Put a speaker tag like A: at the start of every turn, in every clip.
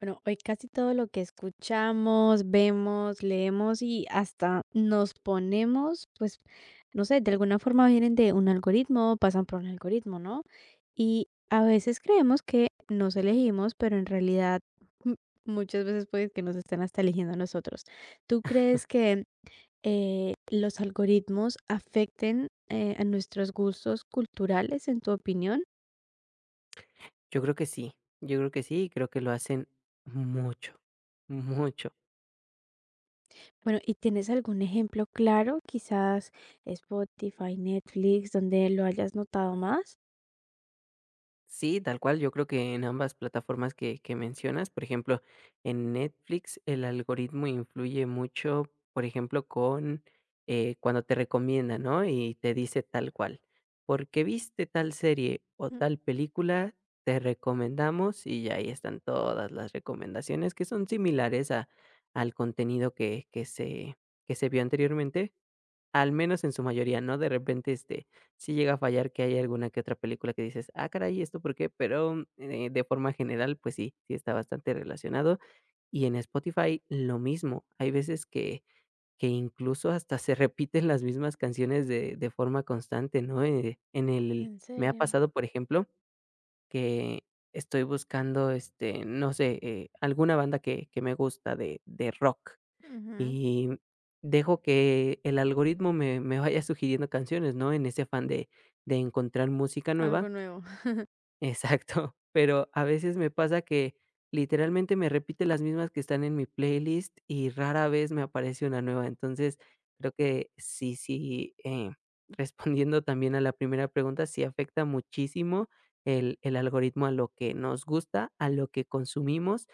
A: Bueno, hoy casi todo lo que escuchamos, vemos, leemos y hasta nos ponemos, pues, no sé, de alguna forma vienen de un algoritmo, pasan por un algoritmo, ¿no? Y a veces creemos que nos elegimos, pero en realidad m- muchas veces puede que nos estén hasta eligiendo a nosotros. ¿Tú crees que los algoritmos afecten a nuestros gustos culturales, en tu opinión?
B: Yo creo que sí, yo creo que sí, creo que lo hacen mucho, mucho.
A: Bueno, ¿y tienes algún ejemplo claro? Quizás Spotify, Netflix, donde lo hayas notado más.
B: Sí, tal cual, yo creo que en ambas plataformas que mencionas, por ejemplo, en Netflix el algoritmo influye mucho, por ejemplo, con cuando te recomienda, ¿no? Y te dice tal cual, porque viste tal serie o
A: Mm.
B: tal película, te recomendamos y ahí están todas las recomendaciones que son similares al contenido que se vio anteriormente. Al menos en su mayoría, ¿no? De repente, sí llega a fallar que hay alguna que otra película que dices: "Ah, caray, ¿esto por qué?". Pero, de forma general, pues sí, sí está bastante relacionado. Y en Spotify, lo mismo. Hay veces que incluso hasta se repiten las mismas canciones de forma constante, ¿no? En el
A: ¿En
B: me ha
A: serio?
B: pasado, por ejemplo, que estoy buscando, no sé, alguna banda que me gusta de rock.
A: Ujú.
B: Y dejo que el algoritmo me vaya sugiriendo canciones, ¿no? En ese afán de encontrar música
A: Algo
B: nueva.
A: nuevo.
B: Exacto, pero a veces me pasa que literalmente me repite las mismas que están en mi playlist y rara vez me aparece una nueva. Entonces, creo que sí, sí, respondiendo también a la primera pregunta, sí afecta muchísimo el algoritmo a lo que nos gusta, a lo que consumimos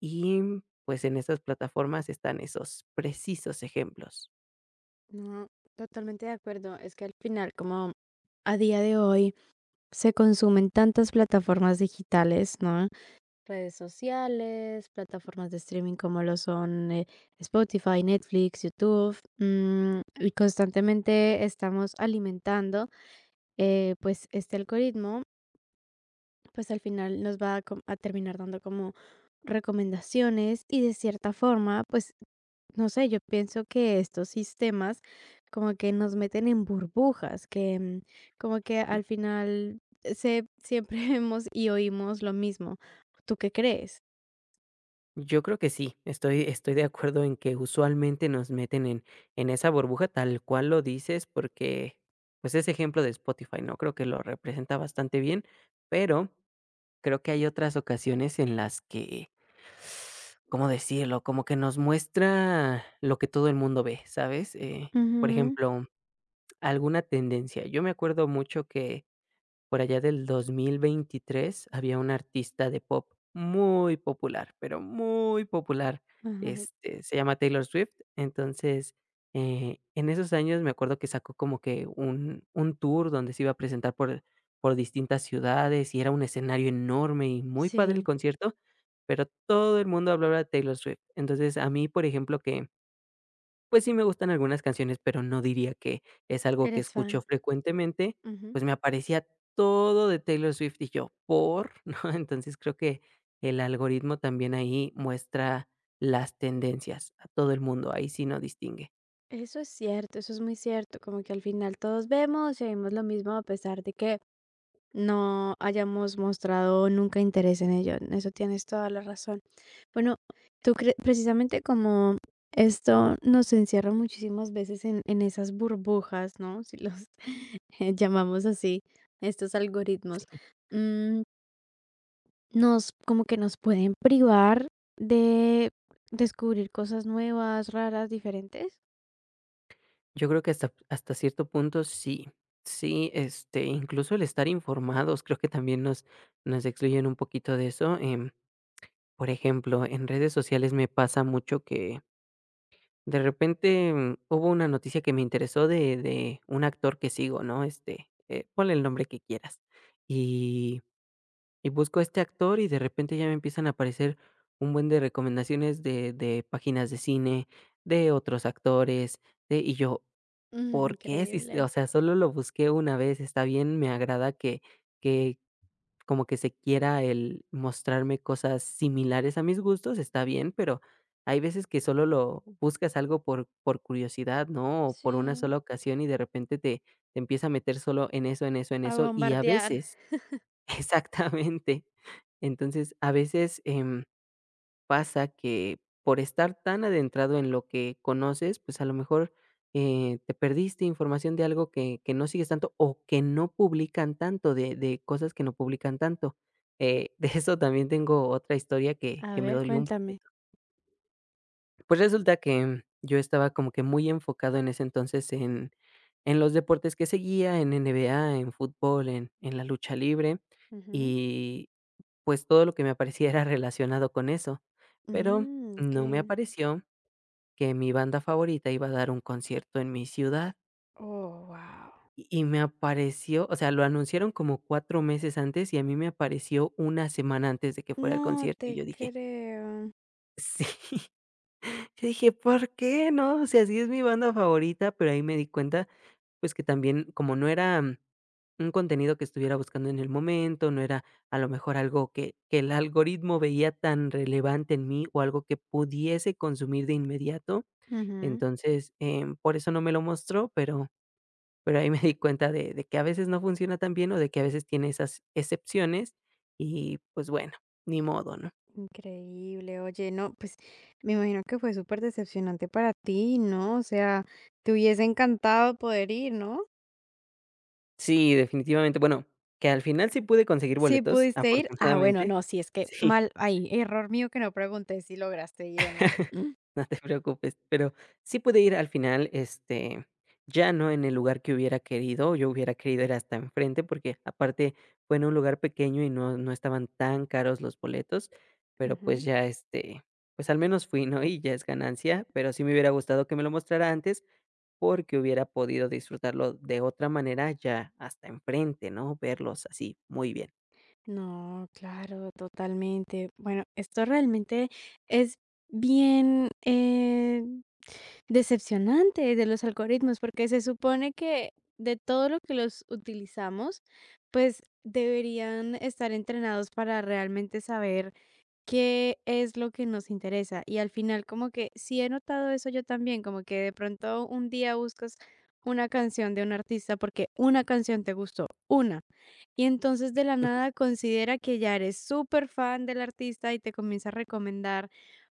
B: y pues en estas plataformas están esos precisos ejemplos.
A: No, totalmente de acuerdo. Es que al final, como a día de hoy, se consumen tantas plataformas digitales, ¿no? Redes sociales, plataformas de streaming como lo son Spotify, Netflix, YouTube, y constantemente estamos alimentando, pues, este algoritmo pues al final nos va a, a terminar dando como recomendaciones y de cierta forma, pues no sé, yo pienso que estos sistemas como que nos meten en burbujas, que como que al final se, siempre vemos y oímos lo mismo. ¿Tú qué crees?
B: Yo creo que sí, estoy de acuerdo en que usualmente nos meten en esa burbuja tal cual lo dices, porque, pues, ese ejemplo de Spotify, ¿no? Creo que lo representa bastante bien, pero creo que hay otras ocasiones en las que, ¿cómo decirlo? Como que nos muestra lo que todo el mundo ve, ¿sabes? Por
A: Ujú.
B: ejemplo, alguna tendencia. Yo me acuerdo mucho que por allá del 2023 había una artista de pop muy popular, pero muy popular,
A: Ajá.
B: se llama Taylor Swift. Entonces, en esos años me acuerdo que sacó como que un tour donde se iba a presentar por distintas ciudades y era un escenario enorme y muy padre el
A: Sí,
B: concierto, pero todo el mundo hablaba de Taylor Swift. Entonces, a mí, por ejemplo, que pues sí me gustan algunas canciones, pero no diría que es algo que
A: eres
B: escucho
A: fan.
B: frecuentemente,
A: Ujú.
B: pues me aparecía todo de Taylor Swift y yo, ¿por? ¿No? Entonces creo que el algoritmo también ahí muestra las tendencias a todo el mundo, ahí sí no distingue.
A: Eso es cierto, eso es muy cierto, como que al final todos vemos y oímos lo mismo a pesar de que no hayamos mostrado nunca interés en ello. En eso tienes toda la razón. Bueno, tú crees, precisamente como esto nos encierra muchísimas veces en esas burbujas, ¿no? Si los llamamos así, estos algoritmos, mm, nos, como que nos pueden privar de descubrir cosas nuevas, raras, diferentes.
B: Yo creo que hasta cierto punto sí, sí, incluso el estar informados, creo que también nos excluyen un poquito de eso, por ejemplo, en redes sociales me pasa mucho que de repente, hubo una noticia que me interesó de un actor que sigo, ¿no? Ponle el nombre que quieras. Y y busco a este actor, y de repente ya me empiezan a aparecer un buen de recomendaciones de páginas de cine, de otros actores, de y yo,
A: Mm,
B: ¿por qué? Si s
A: increíble.
B: o sea, solo lo busqué una vez, está bien, me agrada que como que se quiera el mostrarme cosas similares a mis gustos, está bien, pero hay veces que solo lo buscas algo por curiosidad, ¿no? O por una
A: Sí.
B: sola ocasión y de repente te empieza a meter solo en eso, en eso, en
A: A
B: eso, y a
A: bombardear.
B: veces, exactamente. Entonces, a veces, pasa que por estar tan adentrado en lo que conoces, pues a lo mejor te perdiste información de algo que no sigues tanto o que no publican tanto, de cosas que no publican tanto. De eso también tengo otra historia que,
A: A
B: que me
A: ver,
B: dolió un
A: cuéntame.
B: poquito. Pues resulta que yo estaba como que muy enfocado en ese entonces en los deportes que seguía, en NBA, en fútbol, en la lucha libre,
A: Ujú.
B: pues todo lo que me aparecía era relacionado con eso, pero
A: Mm, ok.
B: no me apareció que mi banda favorita iba a dar un concierto en mi ciudad
A: Oh, wow.
B: y me apareció, o sea, lo anunciaron como 4 meses antes y a mí me apareció una semana antes de que fuera el
A: No
B: concierto y
A: te
B: yo dije:
A: creo.
B: "Sí". Yo dije: "¿Por qué no?". O sea, sí es mi banda favorita, pero ahí me di cuenta, pues, que también, como no era, un contenido que estuviera buscando en el momento, no era a lo mejor algo que el algoritmo veía tan relevante en mí, o algo que pudiese consumir de inmediato.
A: Ujú.
B: Entonces, por eso no me lo mostró, pero ahí me di cuenta de que a veces no funciona tan bien, o de que a veces tiene esas excepciones y, pues, bueno, ni modo, ¿no?
A: Increíble. Oye, no, pues me imagino que fue súper decepcionante para ti, ¿no? O sea, te hubiese encantado poder ir, ¿no?
B: Sí, definitivamente. Bueno, que al final sí pude conseguir
A: Sí,
B: boletos,
A: pudiste ir. Ah, bueno,
B: afortunadamente.
A: no, sí, es que
B: Sí,
A: mal, ahí, error mío que no pregunté si lograste ir o no.
B: no te preocupes, pero sí pude ir al final, ya no en el lugar que hubiera querido, yo hubiera querido ir hasta enfrente, porque aparte fue en un lugar pequeño y no estaban tan caros los boletos, pero, pues,
A: Ujú.
B: ya, pues, al menos fui, ¿no? Y ya es ganancia, pero sí me hubiera gustado que me lo mostrara antes, porque hubiera podido disfrutarlo de otra manera ya hasta enfrente, ¿no? Verlos así muy bien.
A: No, claro, totalmente. Bueno, esto realmente es bien decepcionante de los algoritmos, porque se supone que de todo lo que los utilizamos, pues deberían estar entrenados para realmente saber qué es lo que nos interesa. Y al final, como que sí he notado eso yo también, como que de pronto un día buscas una canción de un artista porque una canción te gustó, una. Y entonces de la nada considera que ya eres súper fan del artista y te comienza a recomendar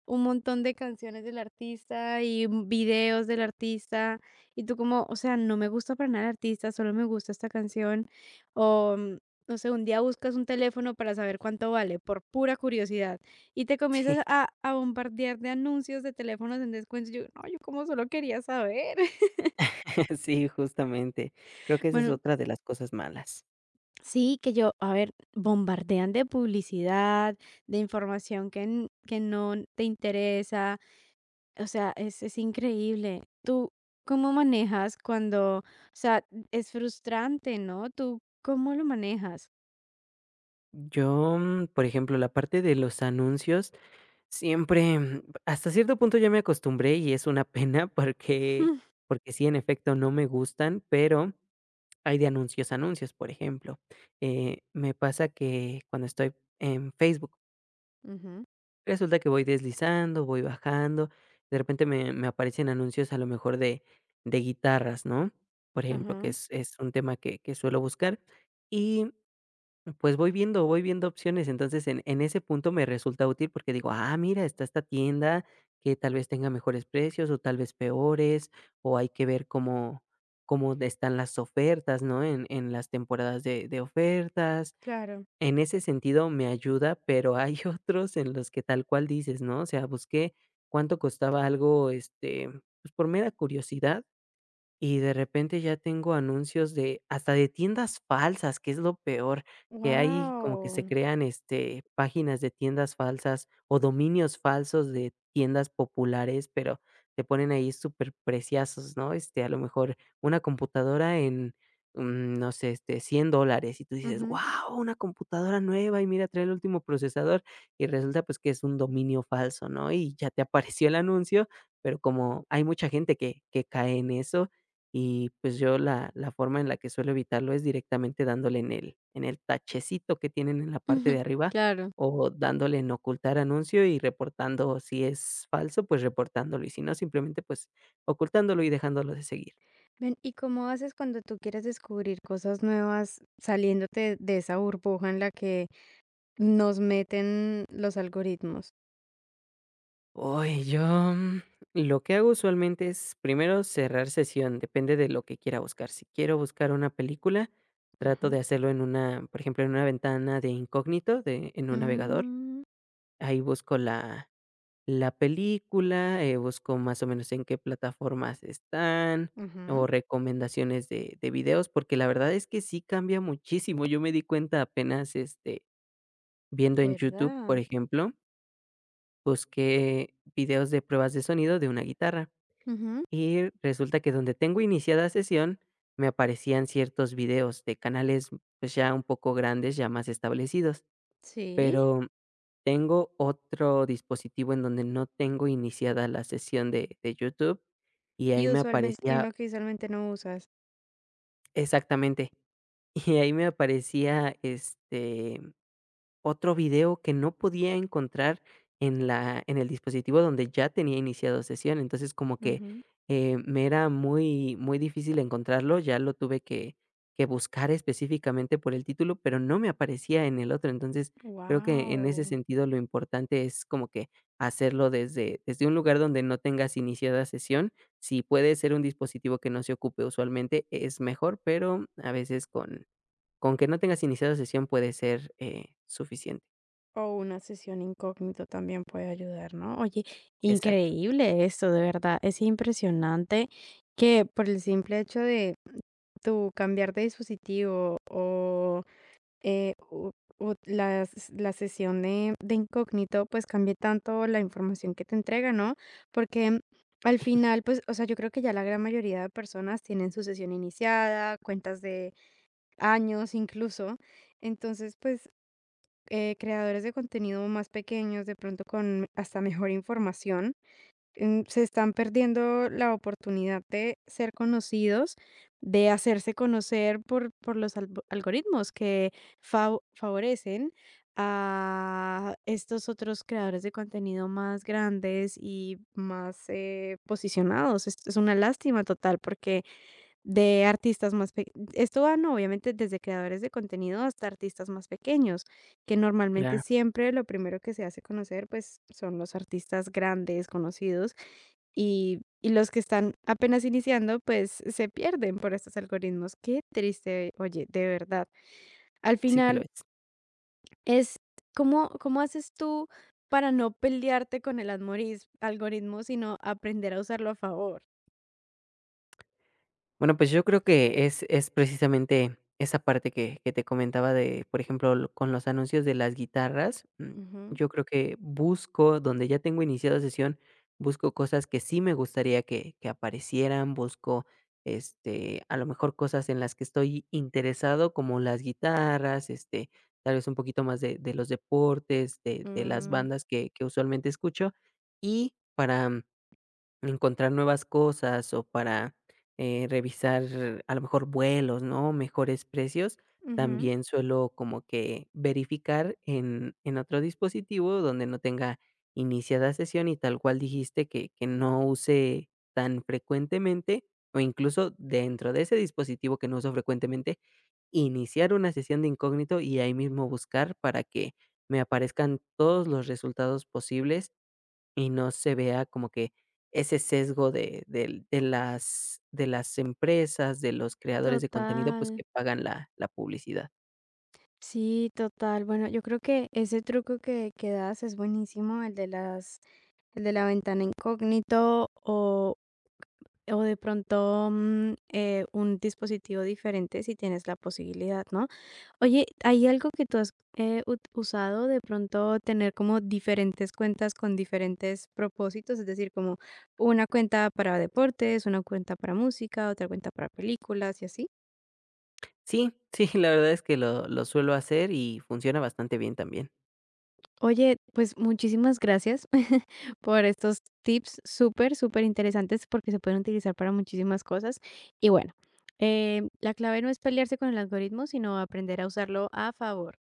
A: un montón de canciones del artista y videos del artista. Y tú como, o sea, no me gusta para nada el artista, solo me gusta esta canción. O, no sé, un día buscas un teléfono para saber cuánto vale, por pura curiosidad y te
B: Sí,
A: comienzas a bombardear de anuncios de teléfonos en descuento. Yo, no, yo como solo quería saber.
B: sí, justamente. Creo que esa es
A: Bueno,
B: otra de las cosas malas.
A: sí, que yo, a ver, bombardean de publicidad, de información que, que no te interesa. O sea, es increíble. Tú, ¿cómo manejas cuando, o sea, es frustrante, ¿no? Tú, ¿cómo lo manejas?
B: Yo, por ejemplo, la parte de los anuncios, siempre, hasta cierto punto ya me acostumbré y es una pena porque, sí, en efecto, no me gustan, pero hay de anuncios a anuncios, por ejemplo. Me pasa que cuando estoy en Facebook,
A: Ujú,
B: resulta que voy deslizando, voy bajando, de repente me aparecen anuncios a lo mejor de guitarras, ¿no? Por ejemplo, que
A: ajá,
B: es un tema que suelo buscar y, pues, voy viendo opciones. Entonces, en ese punto me resulta útil porque digo: "Ah, mira, está esta tienda que tal vez tenga mejores precios o tal vez peores, o hay que ver cómo están las ofertas", ¿no? En las temporadas de ofertas,
A: claro.
B: en ese sentido me ayuda, pero hay otros en los que tal cual dices, ¿no? O sea, busqué cuánto costaba algo, pues por mera curiosidad y de repente ya tengo anuncios de hasta de tiendas falsas, que es lo peor, que hay como que se
A: Wow.
B: crean, páginas de tiendas falsas o dominios falsos de tiendas populares, pero te ponen ahí súper preciosos, ¿no? A lo mejor una computadora en, no sé, $100 y tú dices:
A: Ujú.
B: "Guau, una computadora nueva y mira, trae el último procesador", y resulta, pues, que es un dominio falso, ¿no? Y ya te apareció el anuncio, pero como hay mucha gente que cae en eso, y, pues, yo la forma en la que suelo evitarlo es directamente dándole en el tachecito que tienen en la parte de arriba,
A: Claro.
B: o dándole en ocultar anuncio y reportando, si es falso, pues, reportándolo, y si no, simplemente, pues, ocultándolo y dejándolo de seguir.
A: Ven, ¿y cómo haces cuando tú quieres descubrir cosas nuevas saliéndote de esa burbuja en la que nos meten los algoritmos?
B: Uy, yo, lo que hago usualmente es, primero, cerrar sesión, depende de lo que quiera buscar. Si quiero buscar una película, trato
A: Ujú.
B: de hacerlo en una, por ejemplo, en una ventana de incógnito de en un navegador.
A: Mm,
B: Ahí busco la película, busco más o menos en qué plataformas están o
A: ujú,
B: recomendaciones de videos, porque la verdad es que sí cambia muchísimo. Yo me di cuenta apenas, viendo en YouTube, por
A: ¿verdad?
B: ejemplo, busqué videos de pruebas de sonido de una guitarra
A: Ujú,
B: y resulta que donde tengo iniciada sesión me aparecían ciertos videos de canales, pues, ya un poco grandes, ya más establecidos,
A: sí.
B: pero tengo otro dispositivo en donde no tengo iniciada la sesión de YouTube, y ahí
A: Y
B: me
A: usualmente, y
B: aparecía
A: uno que usualmente no usas.
B: exactamente, y ahí me aparecía, este otro video que no podía encontrar en el dispositivo donde ya tenía iniciado sesión. Entonces, como que,
A: Ujú.
B: me era muy muy difícil encontrarlo, ya lo tuve que buscar específicamente por el título, pero no me aparecía en el otro. Entonces, creo que en ese
A: Wow.
B: sentido lo importante es como que hacerlo desde un lugar donde no tengas iniciada sesión. Si puede ser un dispositivo que no se ocupe usualmente, es mejor, pero a veces con que no tengas iniciado sesión puede ser, suficiente.
A: O una sesión incógnito también puede ayudar, ¿no? Oye,
B: Exacto.
A: increíble esto, de verdad. Es impresionante que por el simple hecho de tu cambiar de dispositivo o u u la s la sesión de incógnito, pues, cambie tanto la información que te entrega, ¿no? Porque al final, pues, o sea, yo creo que ya la gran mayoría de personas tienen su sesión iniciada, cuentas de años incluso. Entonces, pues, creadores de contenido más pequeños, de pronto con hasta mejor información se están perdiendo la oportunidad de ser conocidos, de hacerse conocer por los algoritmos que favorecen a estos otros creadores de contenido más grandes y más posicionados. Esto es una lástima total porque de artistas más esto va no, obviamente desde creadores de contenido hasta artistas más pequeños, que normalmente
B: Claro,
A: siempre lo primero que se hace conocer pues son los artistas grandes, conocidos y los que están apenas iniciando, pues, se pierden por estos algoritmos. Qué triste, oye, de verdad. Al
B: sí que lo
A: final
B: es.
A: es ¿cómo haces tú para no pelearte con el almoriz algoritmo, sino aprender a usarlo a favor?
B: Bueno, pues yo creo que es precisamente esa parte que te comentaba de, por ejemplo, lo con los anuncios de las guitarras,
A: Ujú,
B: yo creo que busco, donde ya tengo iniciada sesión, busco cosas que sí me gustaría que aparecieran, busco, a lo mejor cosas en las que estoy interesado, como las guitarras, tal vez un poquito más de los deportes, de las
A: mm,
B: bandas que usualmente escucho, y para encontrar nuevas cosas o para, revisar a lo mejor vuelos, ¿no? Mejores precios,
A: ujú.
B: también suelo como que verificar en otro dispositivo donde no tenga iniciada sesión y tal cual dijiste que no use tan frecuentemente, o incluso dentro de ese dispositivo que no uso frecuentemente, iniciar una sesión de incógnito y ahí mismo buscar para que me aparezcan todos los resultados posibles y no se vea como que ese sesgo de las empresas, de los creadores de contenido,
A: Total.
B: pues, que pagan la publicidad.
A: Sí, total. Bueno, yo creo que ese truco que das es buenísimo, el de las el de la ventana incógnito o O de pronto, un dispositivo diferente si tienes la posibilidad, ¿no? Oye, ¿hay algo que tú has, usado de pronto tener como diferentes cuentas con diferentes propósitos? Es decir, como una cuenta para deportes, una cuenta para música, otra cuenta para películas y así.
B: Sí, sí, la verdad es que lo suelo hacer y funciona bastante bien también.
A: Oye, pues muchísimas gracias por estos tips súper, súper interesantes porque se pueden utilizar para muchísimas cosas. Y bueno, la clave no es pelearse con el algoritmo, sino aprender a usarlo a favor.